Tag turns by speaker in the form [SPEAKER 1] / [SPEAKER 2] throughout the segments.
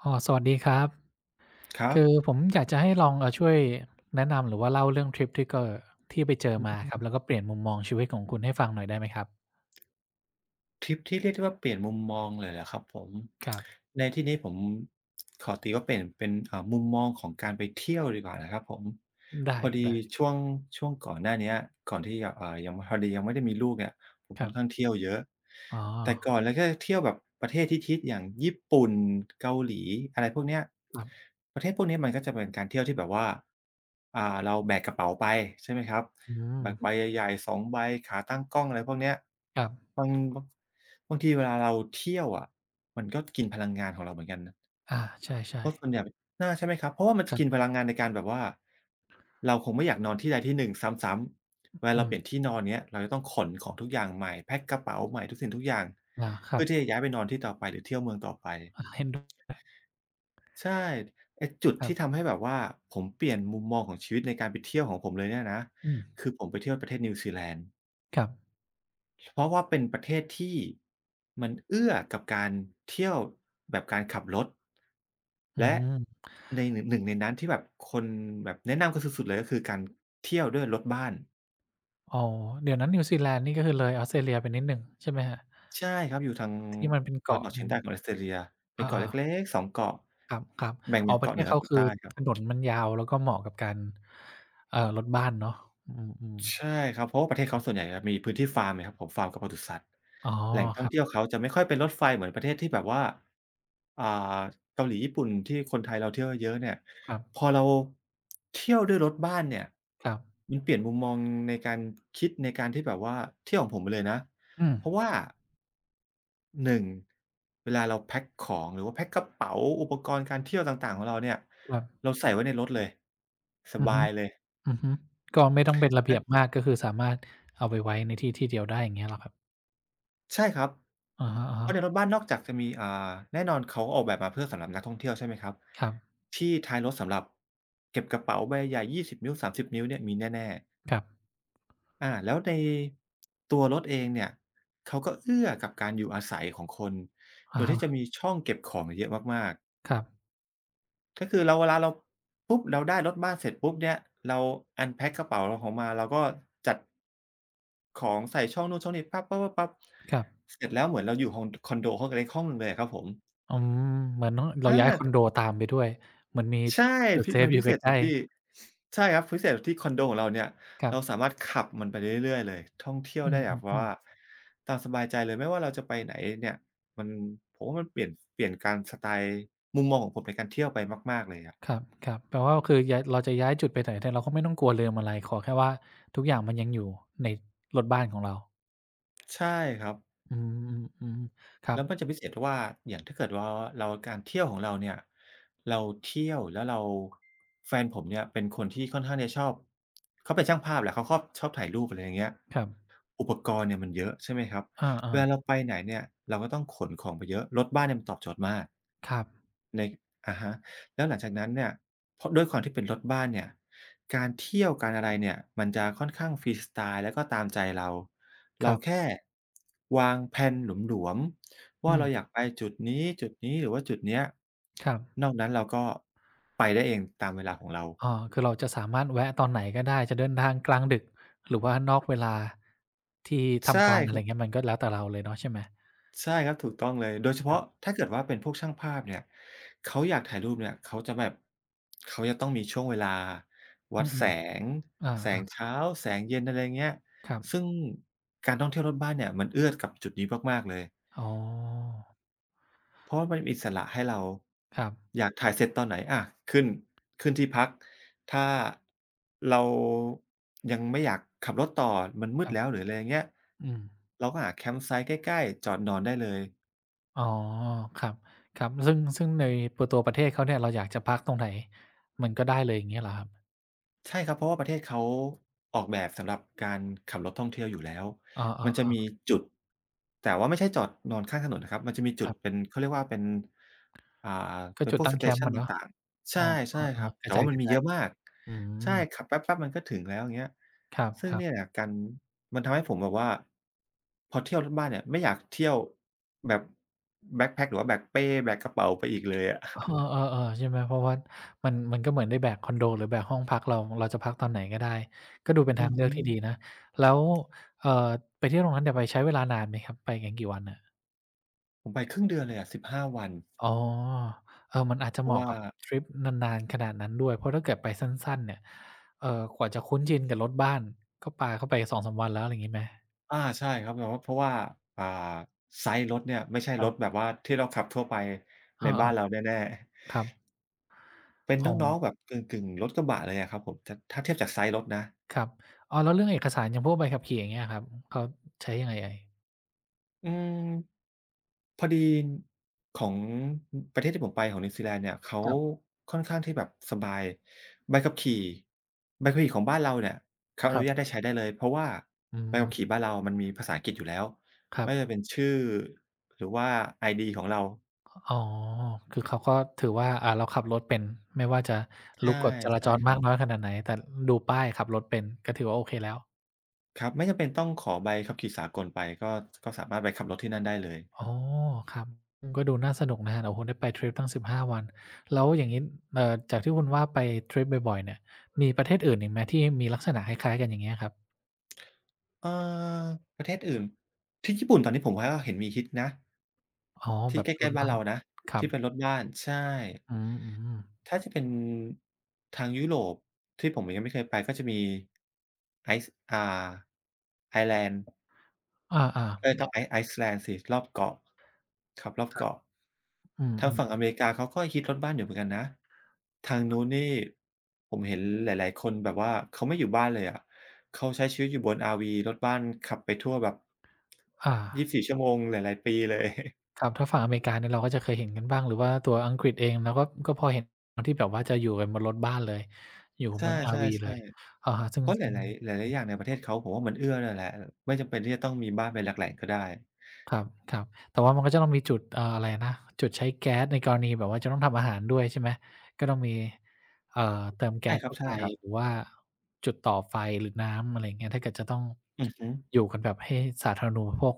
[SPEAKER 1] อ๋อสวัสดีครับ
[SPEAKER 2] ครับ
[SPEAKER 1] คือผมอยากจะให้ลองช่วยแนะนำหรือว่าเล่าเรื่องทริปที่เกอที่ไปเจอ
[SPEAKER 2] อื
[SPEAKER 1] มาค
[SPEAKER 2] ม
[SPEAKER 1] รับแล้วก็เปลี่ยนมุมมองชีวิตของคุณให้ฟังหน่อยได้ไหมครับ
[SPEAKER 2] ทริปที่เรียกได้ว่าเปลี่ยนมุมมองเลยเหรอครับผม
[SPEAKER 1] ครับ
[SPEAKER 2] ในที่นี้ผมขอตีว่าเปลี่ยนเป็นมุมมองของการไปเที่ยวดีกว่านะครับผม
[SPEAKER 1] ได้
[SPEAKER 2] พอ
[SPEAKER 1] ครับ
[SPEAKER 2] ดี
[SPEAKER 1] ได้
[SPEAKER 2] ช่วงช่วงก่อนหน้าเนี้ยก่อนที่จะยังพอดียังไม่ได้มีลูกเนี่ยผม
[SPEAKER 1] ค
[SPEAKER 2] ค่
[SPEAKER 1] รั
[SPEAKER 2] อนข้าง
[SPEAKER 1] บ
[SPEAKER 2] เที่ยวเยอะ
[SPEAKER 1] อ๋อ
[SPEAKER 2] แต่ก่อนเราก็จะเที่ยวแบบประเทศที่ฮิตอย่างญี่ปุ่นเกาหลีอะไรพวกเนี้ย
[SPEAKER 1] ครับ
[SPEAKER 2] ประเทศพวกนี้มันก็จะเป็นการเที่ยวที่แบบว่าเราแบกกระเป๋าไปใช่ไหมครับ
[SPEAKER 1] อื
[SPEAKER 2] แบบใบ
[SPEAKER 1] ม
[SPEAKER 2] ใหญ่ๆ2ใบขาตั้งกล้องอะไรพวกเนี้ย
[SPEAKER 1] ครับ
[SPEAKER 2] บางบางบางทีเวลาเราเที่ยวอะมันก็กินพลังงานของเราเหมือนกันนะ
[SPEAKER 1] อา
[SPEAKER 2] เพ
[SPEAKER 1] ใช่
[SPEAKER 2] ราะส่วนใหญ่ใช่ไหมครับเพราะว่ามัน
[SPEAKER 1] ๆค
[SPEAKER 2] จะ
[SPEAKER 1] รั
[SPEAKER 2] กิน
[SPEAKER 1] บ
[SPEAKER 2] พลังงานในการแบบว่าเราคงไม่อยากนอนที่ใดที่หนึ่งซ้ำๆเวลา
[SPEAKER 1] อื
[SPEAKER 2] เราเปลี่ยน
[SPEAKER 1] ม
[SPEAKER 2] ที่นอนเงี้ยเราจะต้องขนของทุกอย่างใหม่แพ็กกระเป๋าใหม่ทุกสิ่งทุกอย่าง
[SPEAKER 1] อาครั
[SPEAKER 2] เพื่
[SPEAKER 1] บ
[SPEAKER 2] อที่จะย้ายไปนอนที่ต่อไปหรือเที่ยวเมืองต่อไป
[SPEAKER 1] อาเห็นด้วย
[SPEAKER 2] ใช่ไอ้จุด
[SPEAKER 1] ครั
[SPEAKER 2] ที่ทำ
[SPEAKER 1] บ
[SPEAKER 2] ให้แบบว่าผมเปลี่ยนมุมมองของชีวิตในการไปเที่ยวของผมเลยเนี่ยนะ
[SPEAKER 1] อืม
[SPEAKER 2] คือผมไปเที่ยวประเทศนิวซีแลนด์
[SPEAKER 1] ครับ
[SPEAKER 2] เพราะว่าเป็นประเทศที่มันเอื้อกับการเที่ยวแบบการขับรถ
[SPEAKER 1] อื
[SPEAKER 2] และ
[SPEAKER 1] ม
[SPEAKER 2] ในหนึ่งในนั้นที่แบบคนแบบแนะนำกันสุดๆเลยก็คือการเที่ยวด้วยรถบ้าน
[SPEAKER 1] อ๋อเดี๋ยวนั้นนิวซีแลนด์นี่ก็คือเลยออสเตรเลียไปนิดหนึ่งใช่ไหมครับ
[SPEAKER 2] ใช่ครับอยู่ทาง
[SPEAKER 1] ที่มันเป็น
[SPEAKER 2] ตะวัน
[SPEAKER 1] เกาะ
[SPEAKER 2] ออก
[SPEAKER 1] อื
[SPEAKER 2] เฉียง
[SPEAKER 1] ม
[SPEAKER 2] ใต้ของออสเตรเลีย
[SPEAKER 1] อ
[SPEAKER 2] เป็นเกาะ
[SPEAKER 1] าๆ
[SPEAKER 2] เล็กๆ2เกาะ
[SPEAKER 1] ครับ
[SPEAKER 2] แบ่ง
[SPEAKER 1] ๆอ๋อ
[SPEAKER 2] เป็น
[SPEAKER 1] ประ
[SPEAKER 2] เกาะ
[SPEAKER 1] เท
[SPEAKER 2] เหนื
[SPEAKER 1] ศ
[SPEAKER 2] อกับ
[SPEAKER 1] เขา
[SPEAKER 2] เกาะ
[SPEAKER 1] คือ
[SPEAKER 2] ใต้ครับ
[SPEAKER 1] ถนนมันยาวแล้วก็เหมาะกับการรถบ้านเนาะอืม
[SPEAKER 2] ใช่
[SPEAKER 1] ๆ
[SPEAKER 2] ครับเพราะว่าประเทศเขาส่วนใหญ่จะมีพื้นที่ฟาร์มไงครับผมฟาร์มกับปศุสัตว์
[SPEAKER 1] อ๋อ
[SPEAKER 2] แหล่งท่
[SPEAKER 1] ค
[SPEAKER 2] อ
[SPEAKER 1] รั
[SPEAKER 2] งเที่ย
[SPEAKER 1] บ
[SPEAKER 2] วเขาจะไม่ค่อยเป็นรถไฟเหมือนประเทศที่แบบว่าอ่าเกาหลีญี่ปุ่นที่คนไทยเราเที่ยวเยอะๆเนี่ย
[SPEAKER 1] ครับ
[SPEAKER 2] พอเราเที่ยวด้วยรถบ้านเนี่ย
[SPEAKER 1] ครับ
[SPEAKER 2] มันเปลี่ยนมุมมองในการคิดในการที่แบบว่าเที่ยวของผมไปเลยนะ
[SPEAKER 1] อืม
[SPEAKER 2] เพราะว่าหนึ่งเวลาเราแพ็กของหรือว่าแพ็กกระเป๋าอุปกรณ์การเที่ยวต่างๆของเราเนี่ย
[SPEAKER 1] ครับ
[SPEAKER 2] เราใส่ไว้ในรถเลยส
[SPEAKER 1] อือฮึ
[SPEAKER 2] บายเลย
[SPEAKER 1] อือฮึก็ไม่ต้องเป็นระเบียบมากก็คือสามารถเอาไปไว้ในที่ที่เดียวได้อย่างเงี้ยเหรอครับ
[SPEAKER 2] ใช่ครับ
[SPEAKER 1] อะฮะ
[SPEAKER 2] เพราะในรถบ้านนอกจากจะมีแน่นอนเขาออกแบบมาเพื่อสำหรับนักท่องเที่ยวใช่ไหมครับ
[SPEAKER 1] ๆครับ
[SPEAKER 2] ที่ท้ายรถสำหรับเก็บกระเป๋าใบใหญ่20นิ้ว30นิ้วเนี่ยมีแน่
[SPEAKER 1] ครับ
[SPEAKER 2] ๆแล้วในตัวรถเองเนี่ยเขาก็เอื้อกับการอยู่อาศัยของคน โด
[SPEAKER 1] อะ
[SPEAKER 2] ย
[SPEAKER 1] ฮะ
[SPEAKER 2] ที่จะมีช่องเก็บของเยอะมากๆ
[SPEAKER 1] ครับ
[SPEAKER 2] ก็คือเราเวลาเราปุ๊บเราได้รถบ้านเสร็จปุ๊บเนี่ยเรา unpack กระเป๋าเราออกมาเราก็จัดของใส่ช่องนู่นช่องนี้ปั๊บ
[SPEAKER 1] ครับ
[SPEAKER 2] ๆๆๆเสร็จแล้วเหมือนเราอยู่ฮองคอนโดห้องเล็กห้องหนึ่งเลยอะครับผม
[SPEAKER 1] อืมเหมือนเรา
[SPEAKER 2] อา
[SPEAKER 1] ย้ายคอนโดตามไปด้วยเหมือนมี
[SPEAKER 2] ใช่
[SPEAKER 1] The
[SPEAKER 2] พิมั
[SPEAKER 1] Safe
[SPEAKER 2] น
[SPEAKER 1] อ
[SPEAKER 2] พิ
[SPEAKER 1] ยู่
[SPEAKER 2] เศ
[SPEAKER 1] ใก
[SPEAKER 2] ษตร
[SPEAKER 1] ล้
[SPEAKER 2] งที่
[SPEAKER 1] ๆ
[SPEAKER 2] ใช่ครับพิเศษตรงที่คอนโดของเราเนี่ย
[SPEAKER 1] ครั
[SPEAKER 2] เราสา
[SPEAKER 1] บ
[SPEAKER 2] มารถขับมันไปเรื่อยๆเลยท่องเที่ยว
[SPEAKER 1] อื
[SPEAKER 2] ได้แบบ
[SPEAKER 1] ม
[SPEAKER 2] ว่า
[SPEAKER 1] ๆ
[SPEAKER 2] ตามสบายใจเลยไม่ว่าเราจะไปไหนเนี่ยมันผมว่ามันเปลี่ยนการสไตล์มุมมองของผมในการเที่ยวไปมากๆเลยอะ
[SPEAKER 1] ครับครับแปลว่าคือย้ายเราจะย้ายจุดไปไหนเนี่ยเราก็ไม่ต้องกลัวลืมอะไรขอแค่ว่าทุกอย่างมันยังอยู่ในรถบ้านของเรา
[SPEAKER 2] ใช่ครับ
[SPEAKER 1] อืมๆๆครับ
[SPEAKER 2] แล้วมันจะพิเศษที่ว่าอย่างถ้าเกิดว่าเราการเที่ยวของเราเนี่ยเราเที่ยวแล้วเราแฟนผมเนี่ยเป็นคนที่ค่อนข้างจะชอบเขาเป็นช่างภาพแหละเขาคอบชอบถ่ายรูปอะไรอย่างเงี้ย
[SPEAKER 1] ครับ
[SPEAKER 2] อุปกรณ์เนี่ยมันเยอะใช่ไหมครับ
[SPEAKER 1] อา
[SPEAKER 2] เว
[SPEAKER 1] ๆ
[SPEAKER 2] ลาเราไปไหนเนี่ยเราก็ต้องขนของไปเยอะรถบ้านเนี่ยมันตอบโจทย์มาก
[SPEAKER 1] ครับ
[SPEAKER 2] ในอะฮะแล้วหลังจากนั้นเนี่ยเพราะด้วยความที่เป็นรถบ้านเนี่ยการเที่ยวการอะไรเนี่ยมันจะค่อนข้างฟรีสไตล์แล้วก็ตามใจเรา
[SPEAKER 1] ค
[SPEAKER 2] เรา
[SPEAKER 1] รับ
[SPEAKER 2] แค่วางแพลนหลวมๆ
[SPEAKER 1] อื
[SPEAKER 2] ว่าเราอยา
[SPEAKER 1] ม
[SPEAKER 2] กไปจุดนี้จุดนี้หรือว่าจุดเนี้ย
[SPEAKER 1] ครับ
[SPEAKER 2] นอกนั้นเราก็ไปได้เองตามเวลาของเรา
[SPEAKER 1] อ๋อคือเราจะสามารถแวะตอนไหนก็ได้จะเดินทางกลางดึกหรือว่านอกเวลาที่
[SPEAKER 2] ใช่
[SPEAKER 1] ทำการอะ
[SPEAKER 2] ค
[SPEAKER 1] ไร
[SPEAKER 2] รับ
[SPEAKER 1] เงี้ยมันก็แล้วแต่เราเลยเนาะใช่ไหม
[SPEAKER 2] ใช่ครับถูกต้องเลยโดยเฉ
[SPEAKER 1] ครั
[SPEAKER 2] พาะ
[SPEAKER 1] บ
[SPEAKER 2] ถ้าเกิดว่าเป็นพวกช่างภาพเนี่ยเขาอยากถ่ายรูปเนี่ยเขาจะแบบเขาจะต้องมีช่วงเวลา
[SPEAKER 1] อื
[SPEAKER 2] วัด
[SPEAKER 1] ม
[SPEAKER 2] แสง
[SPEAKER 1] ๆอ
[SPEAKER 2] แสง
[SPEAKER 1] า
[SPEAKER 2] เช้าแสงเย็นอะไรเงี้ย
[SPEAKER 1] ๆครับ
[SPEAKER 2] ซึ่งการท่องเที่ยวรถบ้านเนี่ยมันเอื้อกับจุดนี้มากๆเลย
[SPEAKER 1] อ๋อ
[SPEAKER 2] เพราะมันมีอิสระให้เรา
[SPEAKER 1] ครับ
[SPEAKER 2] อยากถ่ายเสร็จตอนไหนขึ้นขึ้นที่พัก ถ้าเรายังไม่อยากขับรถต่อมันมื
[SPEAKER 1] ค
[SPEAKER 2] ด
[SPEAKER 1] รั
[SPEAKER 2] แล้ว
[SPEAKER 1] บ
[SPEAKER 2] หรืออะไรอย่างเงี้ย
[SPEAKER 1] อืม
[SPEAKER 2] เราก็หาแคมป์ไซต์ใกล้ๆจอดนอนได้เลย
[SPEAKER 1] อ๋อครับครับ ซึ่งในปตัว ประเทศ เขาเนี่ยเรา อยาก จะ พักตรงไหน มัน ก็ ได้เลย อย่างเงี้ยเหรอครับ
[SPEAKER 2] ใช่ครับเพราะว่าประเทศเขาออกแบบสำหรับการขับรถท่องเที่ยวอยู่แล้ว
[SPEAKER 1] อ
[SPEAKER 2] มั
[SPEAKER 1] า
[SPEAKER 2] นจะมี
[SPEAKER 1] ๆ
[SPEAKER 2] จุดแต่ว่าไม่ใช่จอดนอนข้างถนนนะครับมันจะมี
[SPEAKER 1] ๆค
[SPEAKER 2] จุด
[SPEAKER 1] รับ
[SPEAKER 2] เป็นเขาเรียกว่าเป็นอ่า
[SPEAKER 1] ก็
[SPEAKER 2] เป็น
[SPEAKER 1] จุด
[SPEAKER 2] พวก
[SPEAKER 1] ตั้ง
[SPEAKER 2] ส
[SPEAKER 1] แค
[SPEAKER 2] เต
[SPEAKER 1] มป์
[SPEAKER 2] ชัน
[SPEAKER 1] อะเนาะ
[SPEAKER 2] ต่างๆ
[SPEAKER 1] อ้
[SPEAKER 2] ใช่
[SPEAKER 1] อ
[SPEAKER 2] ใช่
[SPEAKER 1] เอ
[SPEAKER 2] ค
[SPEAKER 1] อ
[SPEAKER 2] รับ
[SPEAKER 1] ๆกระ
[SPEAKER 2] แต่
[SPEAKER 1] จ
[SPEAKER 2] ว่ามันมี
[SPEAKER 1] า
[SPEAKER 2] เย
[SPEAKER 1] ย
[SPEAKER 2] อะมาก
[SPEAKER 1] ๆอื
[SPEAKER 2] ใช่
[SPEAKER 1] ม
[SPEAKER 2] ขับแป๊บๆมันก็ถึงแล้วอย่างเงี้ย
[SPEAKER 1] ค
[SPEAKER 2] ซึ่ง
[SPEAKER 1] รับ
[SPEAKER 2] เนี่ยแห
[SPEAKER 1] ๆ
[SPEAKER 2] ละการมันทำให้ผมแบบว่าพอเที่ยวรอบบ้านเนี่ยไม่อยากเที่ยวแบบแบ็กแพ็กหรือว่าแบกเป้แบกกระเป๋าไปอีกเลยอะ
[SPEAKER 1] เออๆๆใช่ไหมเพราะว่ามันก็เหมือน ได้ แบกคอนโดหรือแบกห้องพักเราจะพักตอนไหน ก็ ได้ ก็ ดู เป็น
[SPEAKER 2] อื
[SPEAKER 1] ทาง
[SPEAKER 2] อ
[SPEAKER 1] เลือ
[SPEAKER 2] ฮึ
[SPEAKER 1] กที่ดีนะแล้วเอ่อไปเที่ยวตรงนั้นเนี่ยไปใช้เวลานานไหมครับไปกันกี่วันน่ะ
[SPEAKER 2] ผมไปครึ่งเดือนเลยอะสิบห้าวัน
[SPEAKER 1] อ๋อเออมันอาจจะ
[SPEAKER 2] เพ
[SPEAKER 1] เห
[SPEAKER 2] ราะ
[SPEAKER 1] มาะ
[SPEAKER 2] ว่า
[SPEAKER 1] กับทริปนานๆขนาดนั้นด้วยเพราะถ้าเกิดไปสั้นๆเนี่ยเอ่อกว่าจะคุ้นชินกับรถบ้านก็ปาเข้าไปสองสามวันแล้วอะไรงี้ไหม
[SPEAKER 2] อาใช่ครับแบบว่าเพราะว่าอ่าไซซ์รถเนี่ยไม่ใช่
[SPEAKER 1] ค
[SPEAKER 2] ร
[SPEAKER 1] รั
[SPEAKER 2] ถ
[SPEAKER 1] บ
[SPEAKER 2] แบบว่าที่เราขับทั่วไป
[SPEAKER 1] เอ
[SPEAKER 2] ใน
[SPEAKER 1] อ
[SPEAKER 2] บ้านเราแน่
[SPEAKER 1] ๆครับ
[SPEAKER 2] ๆเป็น
[SPEAKER 1] อ๋อ
[SPEAKER 2] น้องๆแบบกึ่งๆรถกระบะเลยอะครับผมถ้าเทียบจากไซซ์รถนะ
[SPEAKER 1] ครับอ๋อแล้วเรื่องเอกสารอย่างพวกใบขับขี่อย่างเงี้ยครับเขาใช้ยังไงเอ่ย
[SPEAKER 2] อืมพอดีของประเทศที่ผมไปของนิวซีแลนด์เนี่ยเขา
[SPEAKER 1] ครับ
[SPEAKER 2] ค่อนข้างที่แบบสบายใบขับขี่ของบ้านเราเนี่ยเขาอ
[SPEAKER 1] ครั
[SPEAKER 2] นุญาต
[SPEAKER 1] บ
[SPEAKER 2] ให้ใช้ได้เลยเพราะว่า
[SPEAKER 1] อื
[SPEAKER 2] ใบ
[SPEAKER 1] ม
[SPEAKER 2] ขับขี่บ้านเรามันมีภาษาอังกฤษอยู่แล้ว
[SPEAKER 1] ครั
[SPEAKER 2] ไม่
[SPEAKER 1] บ
[SPEAKER 2] ว่าจะเป็นชื่อหรือว่า ID ของเรา
[SPEAKER 1] อ๋อคือเขาก็ถือว่าอ่าเราขับรถเป็นไม่ว่าจะ
[SPEAKER 2] ใช่
[SPEAKER 1] รู้กฎจรา
[SPEAKER 2] ใช่
[SPEAKER 1] จร
[SPEAKER 2] ครั
[SPEAKER 1] มากน้อย
[SPEAKER 2] บ
[SPEAKER 1] ขนาดไหนแต่ดูป้ายขับรถเป็นก็ถือว่าโอเคแล้ว
[SPEAKER 2] ครับไม่จำเป็นต้องขอใบขับขี่สากลไปก็สามารถไปขับรถที่นั่นได้เลย
[SPEAKER 1] อ๋อครับก็ดูน่าสนุกนะครับโอ้โฮได้ไปทริปตั้ง15 วันแล้วอย่างงี้เอ่อจากที่คุณว่าไปทริปบ่อยๆเนี่ยมีประเทศอื่นอีกไหมที่มีลักษณะคล้ายๆกันอย่างเงี้ยครับ
[SPEAKER 2] เอ่อประเทศอื่นที่ญี่ปุ่นตอนนี้ผมว่าเห็นมีฮิตนะ
[SPEAKER 1] อ๋อแบ
[SPEAKER 2] ที่
[SPEAKER 1] บ
[SPEAKER 2] ใก
[SPEAKER 1] ร
[SPEAKER 2] ล้
[SPEAKER 1] ถ
[SPEAKER 2] ๆ
[SPEAKER 1] บั
[SPEAKER 2] บ้าน
[SPEAKER 1] ส
[SPEAKER 2] เรานะ
[SPEAKER 1] ครับ
[SPEAKER 2] ที่เป็นรถบ้านใช่
[SPEAKER 1] อืมๆ
[SPEAKER 2] ถ้าจะเป็นทางยุโรปที่ผมยังไม่เคยไปก็จะมีไอซ์อ่าไอร์แลนด์
[SPEAKER 1] อาๆ
[SPEAKER 2] เออต้องไอซ์แลนด์สิรอบเกาะขับรอบ
[SPEAKER 1] ครับ
[SPEAKER 2] เกาะ
[SPEAKER 1] อื
[SPEAKER 2] ทาง
[SPEAKER 1] ม
[SPEAKER 2] ฝั่งอ
[SPEAKER 1] ๆ
[SPEAKER 2] เมริกาเขาก็ฮิตรถบ้านอยู่เหมือนกันนะทางนู้นนี่ผมเห็นหลายๆคนแบบว่าเขาไม่อยู่บ้านเลยอะเขาใช้ชีวิตอยู่บน RV รถบ้านขับไปทั่วแบบ
[SPEAKER 1] อา
[SPEAKER 2] 24ชั่วโมงหลายๆปีเลย
[SPEAKER 1] ครับถ้าฝั่งอเมริกาเนี่ยเราก็จะเคยเห็นกันบ้างหรือว่าตัวอังกฤษเองเราก็พอเห็นที่แบบว่าจะอยู่กันบนรถบ้านเลยอยู่ บ
[SPEAKER 2] ใช่
[SPEAKER 1] น RV เลย
[SPEAKER 2] ๆ
[SPEAKER 1] อะฮะ
[SPEAKER 2] ๆ
[SPEAKER 1] ซึ่ง
[SPEAKER 2] เพราะห
[SPEAKER 1] ซึ่ง
[SPEAKER 2] ลายๆหลายๆอย่างในประเทศเขาผมว่ามันเอื้อนั่นแหละไม่จำเป็นที่จะต้องมีบ้านเป็นหลักแหล่งก็ได้
[SPEAKER 1] ครับครับแต่ว่ามันก็จะต้องมีจุดอะไรนะจุดใช้แก๊สในกรณีแบบว่าจะต้องทำอาหารด้วยใช่ไหมก็ต้องมีเอ่อเติมแก๊
[SPEAKER 2] ใช่
[SPEAKER 1] ส
[SPEAKER 2] คร
[SPEAKER 1] เข้าไป
[SPEAKER 2] ับ
[SPEAKER 1] หรือ
[SPEAKER 2] ๆ
[SPEAKER 1] ว่าจุดต่อไฟหรือน้ำอะไรอย่างเงี้ยถ้าเกิดจะต้อง
[SPEAKER 2] อือฮึ
[SPEAKER 1] อยู่กันแบบให้สาธารณูปโภค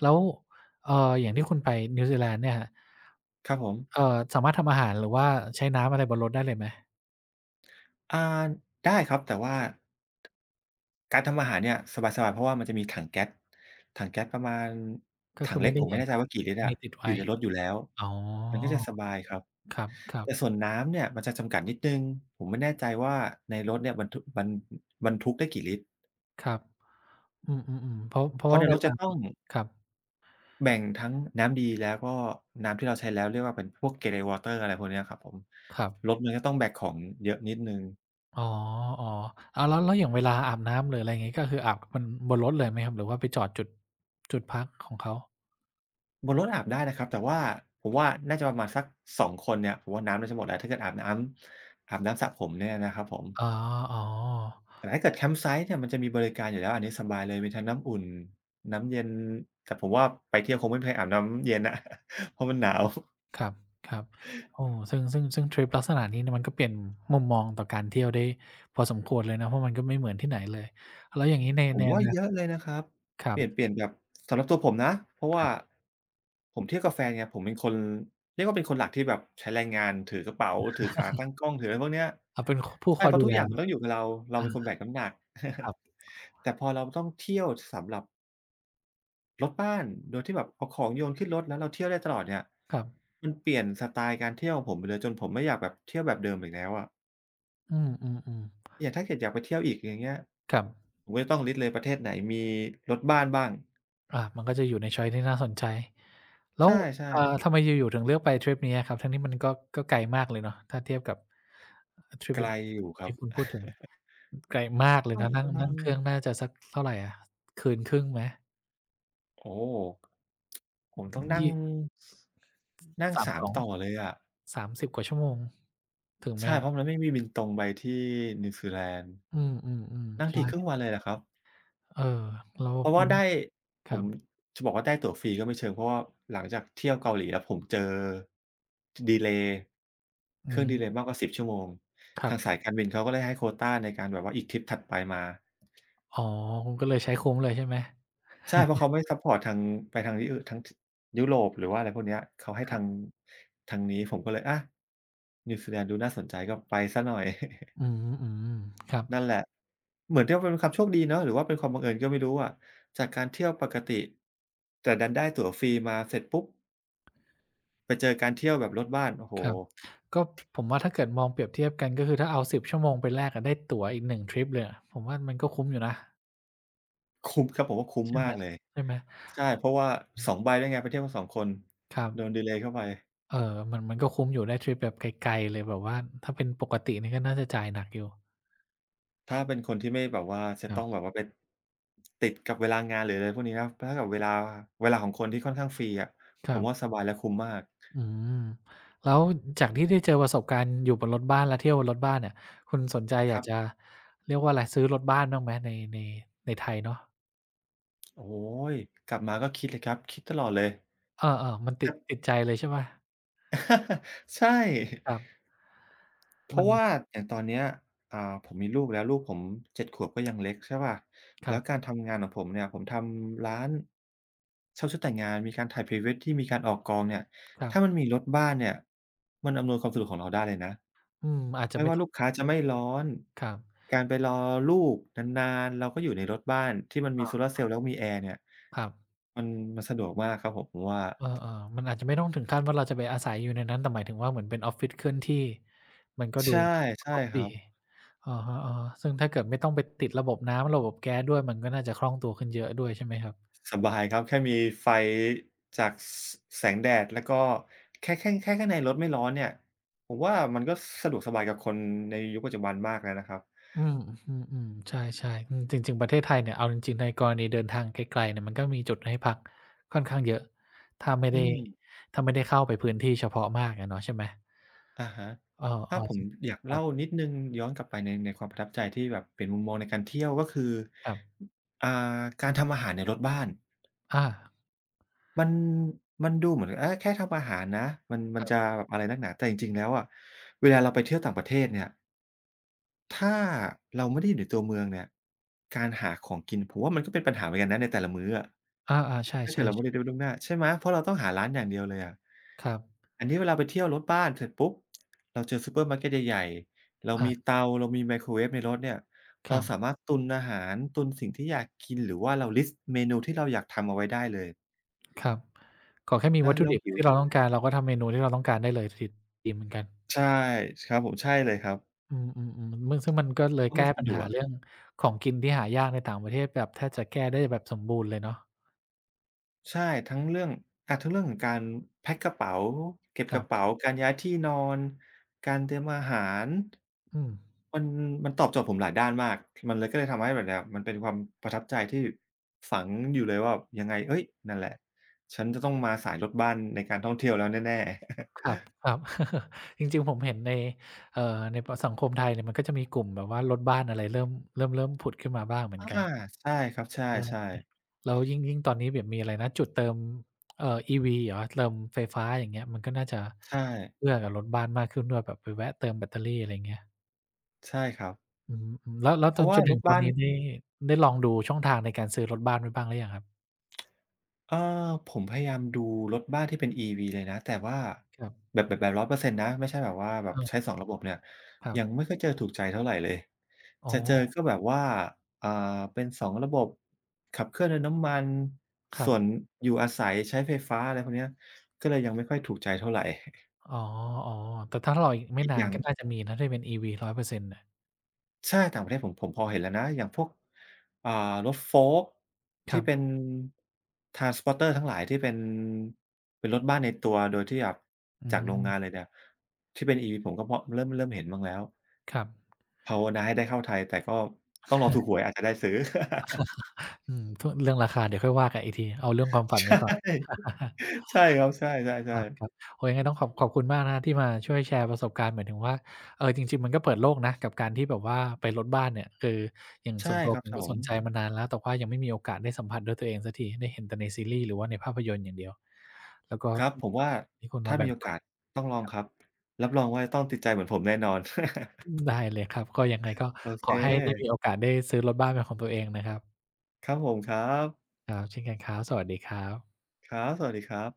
[SPEAKER 1] แล้วเอ่ออย่างที่คุณไปนิวซีแลนด์เนี่ยครับ
[SPEAKER 2] ครับผม
[SPEAKER 1] สามารถทำอาหารหรือว่าใช้น้ำอะไรบนรถได้เลยไหม
[SPEAKER 2] อ่าได้ครับแต่ว่า การทำอาหารเนี่ยสบายๆเพราะว่ามันจะมีถังแก๊สประมาณ
[SPEAKER 1] ก็
[SPEAKER 2] ถั
[SPEAKER 1] คื
[SPEAKER 2] ง
[SPEAKER 1] อ
[SPEAKER 2] เล็
[SPEAKER 1] ไม่
[SPEAKER 2] ก
[SPEAKER 1] ได้
[SPEAKER 2] ผม
[SPEAKER 1] ใหญ่
[SPEAKER 2] ไม่แน่ใจ
[SPEAKER 1] มาก
[SPEAKER 2] ว่ากี่ลิตร
[SPEAKER 1] มี
[SPEAKER 2] อะ
[SPEAKER 1] ติด
[SPEAKER 2] อ
[SPEAKER 1] ไว้
[SPEAKER 2] ยู่ในรถอยู่แล้ว
[SPEAKER 1] อ๋อ
[SPEAKER 2] มันก็จะสบายครับ
[SPEAKER 1] ครับ
[SPEAKER 2] แต่ส่วนน้ำเนี่ยมันจะจำกัดนิดหนึ่งผมไม่แน่ใจว่าในรถเนี่ยบรรทุกได้กี่ลิตร
[SPEAKER 1] ๆครับอืมๆๆเพราะเพ
[SPEAKER 2] เพ
[SPEAKER 1] ราะ
[SPEAKER 2] ราะ
[SPEAKER 1] ว่า
[SPEAKER 2] ใน
[SPEAKER 1] เว
[SPEAKER 2] รถ
[SPEAKER 1] ลา
[SPEAKER 2] จะต้อง
[SPEAKER 1] ครับ
[SPEAKER 2] แบ่งทั้งน้ำดีแล้วก็น้ำที่เราใช้แล้วเรียกว่าเป็นพวก Grey water อะไรพวกเนี้ยครับผม
[SPEAKER 1] ครั
[SPEAKER 2] ร
[SPEAKER 1] บ
[SPEAKER 2] ถมันก็ต้องแบกของเยอะนิดหนึ่ง
[SPEAKER 1] อ๋อๆออ้าวแล้วอย่างเวลาอาบน้ำหรืออะไรงี้ก็คืออาบมันบนรถเลยไหมครับหรือว่าไปจอดจุดพักของเขา
[SPEAKER 2] บนรถอาบได้นะครับแต่ว่าผมว่าน่าจะประมาณสักสองคนเนี่ยผมว่าน้ำน่าจะหมดแล้วถ้าเกิดอาบน้ำสระผมเนี่ยนะครับผม
[SPEAKER 1] อ๋อออ
[SPEAKER 2] แต่ถ้าเกิดแคมป์ไซต์เนี่ยมันจะมีบริการอยู่แล้วอันนี้สบายเลยมีทั้งน้ำอุ่นน้ำเย็นแต่ผมว่าไปเที่ยวคงไม่มีใครอาบน้ำเย็นอะ เพราะมันหนาว
[SPEAKER 1] ครับๆโอ้ซึ่งทริปลักษณะนี้เนี่ยมันก็เปลี่ยนมุมมองต่อการเที่ยวได้พอสมควรเลยนะเพราะมันก็ไม่เหมือนที่ไหนเลยแล้วอย่างงี้ใน
[SPEAKER 2] ผ
[SPEAKER 1] ใน
[SPEAKER 2] ม
[SPEAKER 1] อ
[SPEAKER 2] ว่า
[SPEAKER 1] นา
[SPEAKER 2] เยอะเลยนะครับ
[SPEAKER 1] ครั
[SPEAKER 2] เปลี่ยนเป
[SPEAKER 1] บ
[SPEAKER 2] ลี่ยนแบบสำหรับตัวผมนะ เพราะว่า
[SPEAKER 1] ๆ
[SPEAKER 2] ผมเที่ยวกับแฟนไงผมเป็นคนเรียกว่าเป็นคนหลักที่แบบใช้แรงงานถือกระเป๋าถือขาตั้งกล้องถืออะไรพวกเนี้ย
[SPEAKER 1] เอาเป็นคผู้ค
[SPEAKER 2] ใช่
[SPEAKER 1] อย
[SPEAKER 2] เพ
[SPEAKER 1] ดู
[SPEAKER 2] ราะทุก
[SPEAKER 1] แล
[SPEAKER 2] อย่างมันต้องอยู่กับเราเราเป็นคน
[SPEAKER 1] อา
[SPEAKER 2] แบกน้ำหนัก
[SPEAKER 1] คร
[SPEAKER 2] แต่พอเราต้องเที่ยวสำหรับรถบ้านโดยที่แบบเอาของโยนขึ้นรถแล้วเราเที่ยวได้ตลอดเนี่ย
[SPEAKER 1] ับ
[SPEAKER 2] มันเปลี่ยนสไตล์การเที่ยวของผมไปเลยจนผมไม่อยากแบบเที่ยวแบบเดิมอีกแล้วอะ
[SPEAKER 1] ๆอืมๆ
[SPEAKER 2] อย่างถ้าเกิดอยากไปเที่ยวอีกอย่างเงี้ย
[SPEAKER 1] ๆครับ
[SPEAKER 2] ผมก็จะต้องลิสต์เลยประเทศไหนมีรถบ้านบ้าง
[SPEAKER 1] อามันก็จะอยู่ในชอยซ์ที่น่าสนใจแล้
[SPEAKER 2] ใช
[SPEAKER 1] ว
[SPEAKER 2] ่
[SPEAKER 1] อ่า
[SPEAKER 2] ๆ
[SPEAKER 1] ทำไมอยู่ๆถึงเลือกไปทริปนี้อะครับทั้งที่มันก็ไกลมากเลยเนาะถ้าเทียบกับทริป
[SPEAKER 2] ไกล
[SPEAKER 1] อื่น
[SPEAKER 2] อยู่ครับ
[SPEAKER 1] ที่คุณพูดถึงไกลมากเลย
[SPEAKER 2] ต้อง
[SPEAKER 1] นะนั่
[SPEAKER 2] ป
[SPEAKER 1] ง
[SPEAKER 2] ระมา
[SPEAKER 1] นั่งเครื่อง
[SPEAKER 2] ณ
[SPEAKER 1] น่าจะสักเท่าไรอะคืนครึ่งไหม
[SPEAKER 2] โอ้โฮผมต้อง
[SPEAKER 1] ยี่
[SPEAKER 2] สนั่ง3
[SPEAKER 1] 32
[SPEAKER 2] ต่อเลยอะ
[SPEAKER 1] 30กว่าชั่วโมงถึงไหม
[SPEAKER 2] ใช่
[SPEAKER 1] ครับ
[SPEAKER 2] เพราะมันไม่มีบินตรงไปที่นิวซีแลนด์
[SPEAKER 1] อืมๆ
[SPEAKER 2] นั่
[SPEAKER 1] ๆ
[SPEAKER 2] งทีครึ่
[SPEAKER 1] ใช่
[SPEAKER 2] งวันเลยแหละครับ
[SPEAKER 1] เออแล้ว
[SPEAKER 2] เพราะ
[SPEAKER 1] อื
[SPEAKER 2] ว่า
[SPEAKER 1] ม
[SPEAKER 2] ได้
[SPEAKER 1] ค
[SPEAKER 2] ผ
[SPEAKER 1] รั
[SPEAKER 2] ม
[SPEAKER 1] บ
[SPEAKER 2] จะบอกว่าได้ตั๋วฟรีก็ไม่เชิงเพราะว่าหลังจากเที่ยวเกาหลีแล้วผมเจอดีเลย์
[SPEAKER 1] อื
[SPEAKER 2] เครื่องดีเล
[SPEAKER 1] ม
[SPEAKER 2] ย์มากกว่า10ชั่วโมง
[SPEAKER 1] ครั
[SPEAKER 2] ทางสาย
[SPEAKER 1] บ
[SPEAKER 2] การบินเขาก็เลยให้โควตาในการแบบว่าอีกทริปถัดไปมา
[SPEAKER 1] อ๋อคุณก็เลยใช้คุ้มเลยใช่ไหม
[SPEAKER 2] ใช่เพราะเขาไม่ซัปพอร์ตทางไปทางที่อื่นทางยุโรปหรือว่าอะไรพวกเนี้ยเขาให้
[SPEAKER 1] ครั
[SPEAKER 2] ทาง
[SPEAKER 1] บ
[SPEAKER 2] ทางนี้ผมก็เลยนิวซีแลนด์ดูน่าสนใจก็ไปเสียหน่อย
[SPEAKER 1] อืมๆครับ
[SPEAKER 2] นั่นแหละเหมือนจะเป็นความโชคดีเนาะหรือว่าเป็นความบังเอิญก็ไม่รู้อะจากการเที่ยวปกติแต่ดันได้ตั๋วฟรีมาเสร็จปุ๊บไปเจอการเที่ยวแบบลดบ้านโอ้โฮ
[SPEAKER 1] ครับก็ผมว่าถ้าเกิดมองเปรียบเทียบกันก็คือถ้าเอา10 ชั่วโมงไปแลกอะได้ตั๋วอีกหนึ่งทริปเลยอะผมว่ามันก็คุ้มอยู่นะ
[SPEAKER 2] คุ้มครับผมว่าคุ้ม
[SPEAKER 1] ใช่ไหม
[SPEAKER 2] มากเลย
[SPEAKER 1] ใช่ไหม
[SPEAKER 2] ใช่เพราะว่าสองใบด้วยไงไปเที่ยวกันสองคน
[SPEAKER 1] ครั
[SPEAKER 2] โดนดี
[SPEAKER 1] บ
[SPEAKER 2] เลย์เข้าไป
[SPEAKER 1] เอ่อมันก็คุ้มอยู่ได้ทริปแบบไกลๆเลยแบบว่าถ้าเป็นปกตินี่ก็น่าจะจ่ายหนักอยู่
[SPEAKER 2] ถ้าเป็นคนที่ไม่แบบว่าจะ
[SPEAKER 1] ครั
[SPEAKER 2] ต้องแบ
[SPEAKER 1] บ
[SPEAKER 2] บว่าไปติดกับเวลางานหรืออะไรพวกนี้นะถ้ากับเวลาเวลาของคนที่ค่อนข้างฟรีอะ
[SPEAKER 1] ค
[SPEAKER 2] ผ
[SPEAKER 1] รั
[SPEAKER 2] ม
[SPEAKER 1] บ
[SPEAKER 2] ว่าสบายและคุ้มมาก
[SPEAKER 1] อืมแล้วจากที่ได้เจอประสบการณ์อยู่บนรถบ้านและเที่ยวบนรถบ้านเนี่ยคุณสนใจอ
[SPEAKER 2] ค
[SPEAKER 1] ยาก
[SPEAKER 2] รั
[SPEAKER 1] จะ
[SPEAKER 2] บ
[SPEAKER 1] เรียกว่าอะไรซื้อรถบ้านบ้างไหมในในไทยเนาะ
[SPEAKER 2] โอ้โฮกลับมาก็คิดเลยครับคิดตลอดเลย
[SPEAKER 1] เออๆมันติ
[SPEAKER 2] ค
[SPEAKER 1] ด
[SPEAKER 2] รับ
[SPEAKER 1] ติดใจเลยใช่เปล่า
[SPEAKER 2] ใช่
[SPEAKER 1] ครับ
[SPEAKER 2] เพ
[SPEAKER 1] มัน
[SPEAKER 2] ราะว่าอย่างตอนเนี้ยผมมีลูกแล้วลูกผม7ขวบก็ยังเล็กใช่เปล่า
[SPEAKER 1] คร
[SPEAKER 2] แล้วการทำงานของผมเนี่ยผมทำร้านเช่าชุดแต่งงานมีการถ่ายพรีเวดที่มีการออกกองเนี่ย
[SPEAKER 1] ับ
[SPEAKER 2] ถ้ามัน
[SPEAKER 1] ๆ
[SPEAKER 2] มีรถบ้านเนี่ยมันอำนวยความสะดวกของเราได้เลยนะ
[SPEAKER 1] อืมอาจจะ
[SPEAKER 2] ไม่
[SPEAKER 1] ไม่
[SPEAKER 2] ว่าลูกค้าจะไม่ร้อน
[SPEAKER 1] ครับ
[SPEAKER 2] การไปรอลูกนานๆเราก็อยู่ในรถบ้านที่มันมี
[SPEAKER 1] อา
[SPEAKER 2] โซล่าร์เซลล์แล้วมีแอร์เนี่ย
[SPEAKER 1] ครับ
[SPEAKER 2] มันมันสะดวกมากครับผมว่า
[SPEAKER 1] เออๆมันอาจจะไม่ต้องถึงขั้นว่าเราจะไปอาศัยอยู่ในนั้นแต่หมายถึงว่าเหมือนเป็นออฟฟิศเคลื่อนที่มันก็ดู
[SPEAKER 2] ใช่
[SPEAKER 1] ค
[SPEAKER 2] ใช่
[SPEAKER 1] รบ
[SPEAKER 2] ค
[SPEAKER 1] ดี
[SPEAKER 2] รับ
[SPEAKER 1] อะฮะๆซึ่งถ้าเกิดไม่ต้องไปติดระบบน้ำระบบแก๊สด้วยมันก็น่าจะคล่องตัวขึ้นเยอะด้วยใช่ไหมครับ
[SPEAKER 2] สบายครับแค่มีไฟจากสแสงแดดแล้วก็แค่ข้างในรถไม่ร้อนเนี่ยผมว่ามันก็สะดวกสบายกับคนในยุคปัจจุบันมากแล้วนะครับ
[SPEAKER 1] อืมอืมๆใช่ๆอืมจริงๆประเทศไทยเนี่ยเอาจริงๆในกรณีเดินทางไกลๆเนี่ยมันก็มีจุดให้พักค่อนข้างเยอะถ้าไม่
[SPEAKER 2] อื
[SPEAKER 1] ได้
[SPEAKER 2] ม
[SPEAKER 1] ถ้าไม่ได้เข้าไปพื้นที่เฉพาะมากอะเนาะใช่ไหม
[SPEAKER 2] อะฮะ
[SPEAKER 1] เออ
[SPEAKER 2] ถ้าผ
[SPEAKER 1] ๆจ
[SPEAKER 2] ม
[SPEAKER 1] ริง
[SPEAKER 2] อยากเล่านิดหนึ่งย้อนกลับไปในความประทับใจที่แบบเปลี่ยนมุมมองในการเที่ยวก็คือ
[SPEAKER 1] ครับ
[SPEAKER 2] อ่าการทำอาหารในรถบ้าน
[SPEAKER 1] ๆอา
[SPEAKER 2] มันมันดูเหมือนแค่ทำอาหารนะมันมั
[SPEAKER 1] ค
[SPEAKER 2] น
[SPEAKER 1] รับ
[SPEAKER 2] จะแบบอะไรนักหนาแต่จริงๆแล้วอะเวลาเราไปเที่ยวต่างประเทศเนี่ย ถ้าเราไม่ได้อยู่ในตัวเมืองเนี่ยการหาของกินผมว่ามันก็เป็นปัญหาเหมือนกันนะในแต่ละมื้ออะ
[SPEAKER 1] อาๆ
[SPEAKER 2] ถ้าเกิ
[SPEAKER 1] ใช่
[SPEAKER 2] ดเราไม่ได้
[SPEAKER 1] ๆ
[SPEAKER 2] ดูล่วงหน้าใช่ไหม เพราะเราต้องหาร้านอย่างเดียวเลยอะ
[SPEAKER 1] ๆครับ
[SPEAKER 2] อันนี้เวลาไปเที่ยวรถบ้านเสร็จปุ๊บ เราเจอซูเปอร์มาร์เกตใหญ่ๆ เรา
[SPEAKER 1] อา
[SPEAKER 2] มีเตาเรามีไมโครเวฟในรถเนี่ย
[SPEAKER 1] ค
[SPEAKER 2] เรา
[SPEAKER 1] รั
[SPEAKER 2] สา
[SPEAKER 1] บ
[SPEAKER 2] มารถตุนอาหารตุนสิ่งที่อยากกินหรือว่าเราลิสต์เมนูที่เราอยากทำเอาไว้ได้เลย
[SPEAKER 1] ครับขอแค่มี
[SPEAKER 2] นะ
[SPEAKER 1] วัตถุ
[SPEAKER 2] เรา
[SPEAKER 1] ดิบ
[SPEAKER 2] หิว
[SPEAKER 1] ที่เราต้องการเราก็ทำเมนูที่เราต้องการได้เลยถิดดีเหมือนกัน
[SPEAKER 2] ใช่ครับผมใช่เลยครับ
[SPEAKER 1] อืมๆๆมึ่งซึ่งมันก็เลย
[SPEAKER 2] เพราะ
[SPEAKER 1] แก้
[SPEAKER 2] มัน
[SPEAKER 1] ปั
[SPEAKER 2] สะ
[SPEAKER 1] ญ
[SPEAKER 2] ด
[SPEAKER 1] หา
[SPEAKER 2] วก
[SPEAKER 1] เรื่องของกินที่หายากในต่างประเทศแบบแทบจะแก้ได้แบบสมบูรณ์เลยเนาะ
[SPEAKER 2] ใช่ทั้งเรื่องทั้งเรื่องของการแพ็กกระเป๋าเก็บ
[SPEAKER 1] ค
[SPEAKER 2] ก
[SPEAKER 1] รั
[SPEAKER 2] ระเป๋า
[SPEAKER 1] บ
[SPEAKER 2] การย้ายที่นอนการเตรียมอาหาร
[SPEAKER 1] อืม
[SPEAKER 2] มันมันตอบโจทย์ผมหลายด้านมากมันเลยก็เลยทำให้แบบเนี้ยมันเป็นความประทับใจที่ฝังอยู่เลยว่ายังไงเฮ้ยนั่นแหละฉันจะต้องมาสายรถบ้านในการท่องเที่ยวแล้วแน่
[SPEAKER 1] ค
[SPEAKER 2] ๆ
[SPEAKER 1] รับครับ จริงๆผมเห็นในเอ่อในปสังคมไทยเนี่ยมันก็จะมีกลุ่มแบบว่าลดบ้านอะไรเริ่มเริ่มผุดขึ้นมาบ้างเหมื อน
[SPEAKER 2] อา
[SPEAKER 1] กัน
[SPEAKER 2] ใช่ครับใช
[SPEAKER 1] ใช่
[SPEAKER 2] ่ๆ
[SPEAKER 1] แล้วยิ่งตอนนี้แบบมีอะไรนะจุดเติมอีวีเหรอเติมไฟฟ้าอย่างเงี้ยมันก็น่าจะ
[SPEAKER 2] ใช่
[SPEAKER 1] เอื้อกับรถบ้านมากขึ้นด้วยแบบไปแวะเติมแบตเตอรี่อะไรอย่างเงี้ย
[SPEAKER 2] ใช่ครับ
[SPEAKER 1] อืมๆแล้ว
[SPEAKER 2] เพ
[SPEAKER 1] จน
[SPEAKER 2] ราะ
[SPEAKER 1] จ
[SPEAKER 2] ว่า
[SPEAKER 1] น
[SPEAKER 2] ร
[SPEAKER 1] ถึง
[SPEAKER 2] ถ
[SPEAKER 1] ตอน
[SPEAKER 2] บ้าน
[SPEAKER 1] นี้นี่ได้ลองดูช่องทางในการซื้อรถบ้านไว้บ้างหรือยังครับ
[SPEAKER 2] เออผมพยายามดูรถบ้านที่เป็น EV เลยนะแต่ว่า
[SPEAKER 1] ครับ
[SPEAKER 2] แบบ100%นต์นะไม่ใช่แบบว่าแบบใช้
[SPEAKER 1] เออ
[SPEAKER 2] 2ระบบเนี่ย
[SPEAKER 1] ครับ
[SPEAKER 2] ยังไม่ค่อยเจอถูกใจเท่าไรเลย
[SPEAKER 1] อ๋
[SPEAKER 2] จะเจอ
[SPEAKER 1] อ
[SPEAKER 2] ก็แบบว่าอ่าเป็น2ระบบขับเคลื่อนด้วยน้ำมัน
[SPEAKER 1] ครั
[SPEAKER 2] ส่วน
[SPEAKER 1] บ
[SPEAKER 2] อยู่อาศัยใช้ไฟฟ้าอะไรพวกเนี้ยก็เลยยังไม่ค่อยถูกใจเท่าไร
[SPEAKER 1] อ๋อๆแต่ถ้ารออีกไม่
[SPEAKER 2] อีก
[SPEAKER 1] นา
[SPEAKER 2] อ
[SPEAKER 1] น
[SPEAKER 2] ย่าง
[SPEAKER 1] ก็น่าจะมีนะถ้าเป็นอีวี100%นต์น่ะ
[SPEAKER 2] ใช่ต่างประเทศผมพอเห็นแล้วนะอย่างพวกอ่ารถโฟลก์ก
[SPEAKER 1] ครั
[SPEAKER 2] ที่เป็น
[SPEAKER 1] บ
[SPEAKER 2] transporter ทั้งหลายที่เป็นเป็นรถบ้านในตัวโดยที่แบบ
[SPEAKER 1] อื
[SPEAKER 2] จากโรงงาน
[SPEAKER 1] ม
[SPEAKER 2] เลยเนี่ยที่เป็น EV ผมก็พอเริ่มเห็นบ้างแล้ว
[SPEAKER 1] ครับ
[SPEAKER 2] ภาวนาให้ได้เข้าไทยแต่ก็ต้องรอถูกหวยอาจจะได้ซื้อ
[SPEAKER 1] อืมพเรื่องราคาเดี๋ยวค่อยว่ากันอีกทีเอาเรื่องควา มฝันไว้
[SPEAKER 2] ใช่
[SPEAKER 1] ก่อน
[SPEAKER 2] ใช่ครับใช่
[SPEAKER 1] ครับ
[SPEAKER 2] ๆๆ
[SPEAKER 1] ครับโอ้โยังไงต้องขอบขอบคุณมากนะครับที่มาช่วยแชร์ประสบการณ์หมายถึงว่าเออจริงๆมันก็เปิดโลกนะกับการที่แบบว่าไปรถบ้านเนี่ยคืออย่าง
[SPEAKER 2] ใช่
[SPEAKER 1] ส่วนตัว
[SPEAKER 2] ครั
[SPEAKER 1] ผ
[SPEAKER 2] บ
[SPEAKER 1] ม
[SPEAKER 2] ผ
[SPEAKER 1] ก็ส
[SPEAKER 2] ม
[SPEAKER 1] นใจมานานแล้วแต่ว่ายังไม่มีโอกาสได้สัมผัสด้วยตัวเองสักทีได้เห็นแต่ในซีรีส์หรือว่าในภาพยนตร์อย่างเดียวแล้วก็
[SPEAKER 2] ครับผมว่า
[SPEAKER 1] ที่คุณมา
[SPEAKER 2] ถ้า
[SPEAKER 1] แบ่
[SPEAKER 2] มี
[SPEAKER 1] ง
[SPEAKER 2] โอ
[SPEAKER 1] ปัน
[SPEAKER 2] กาสต้องลองครับรับรองว่าจะต้องติดใจเหมือนผมแน่นอน
[SPEAKER 1] อืมได้เลยครับก็ยังไง ก็
[SPEAKER 2] โอ
[SPEAKER 1] ข
[SPEAKER 2] เค
[SPEAKER 1] อให้ได้มีโอกาสได้ซื้อรถบ้านเป็นของตัวเองนะครับ
[SPEAKER 2] ครับผมครับ
[SPEAKER 1] ครับเช่นกันครับสวัสดีครับ
[SPEAKER 2] ครับสวัสดีครับ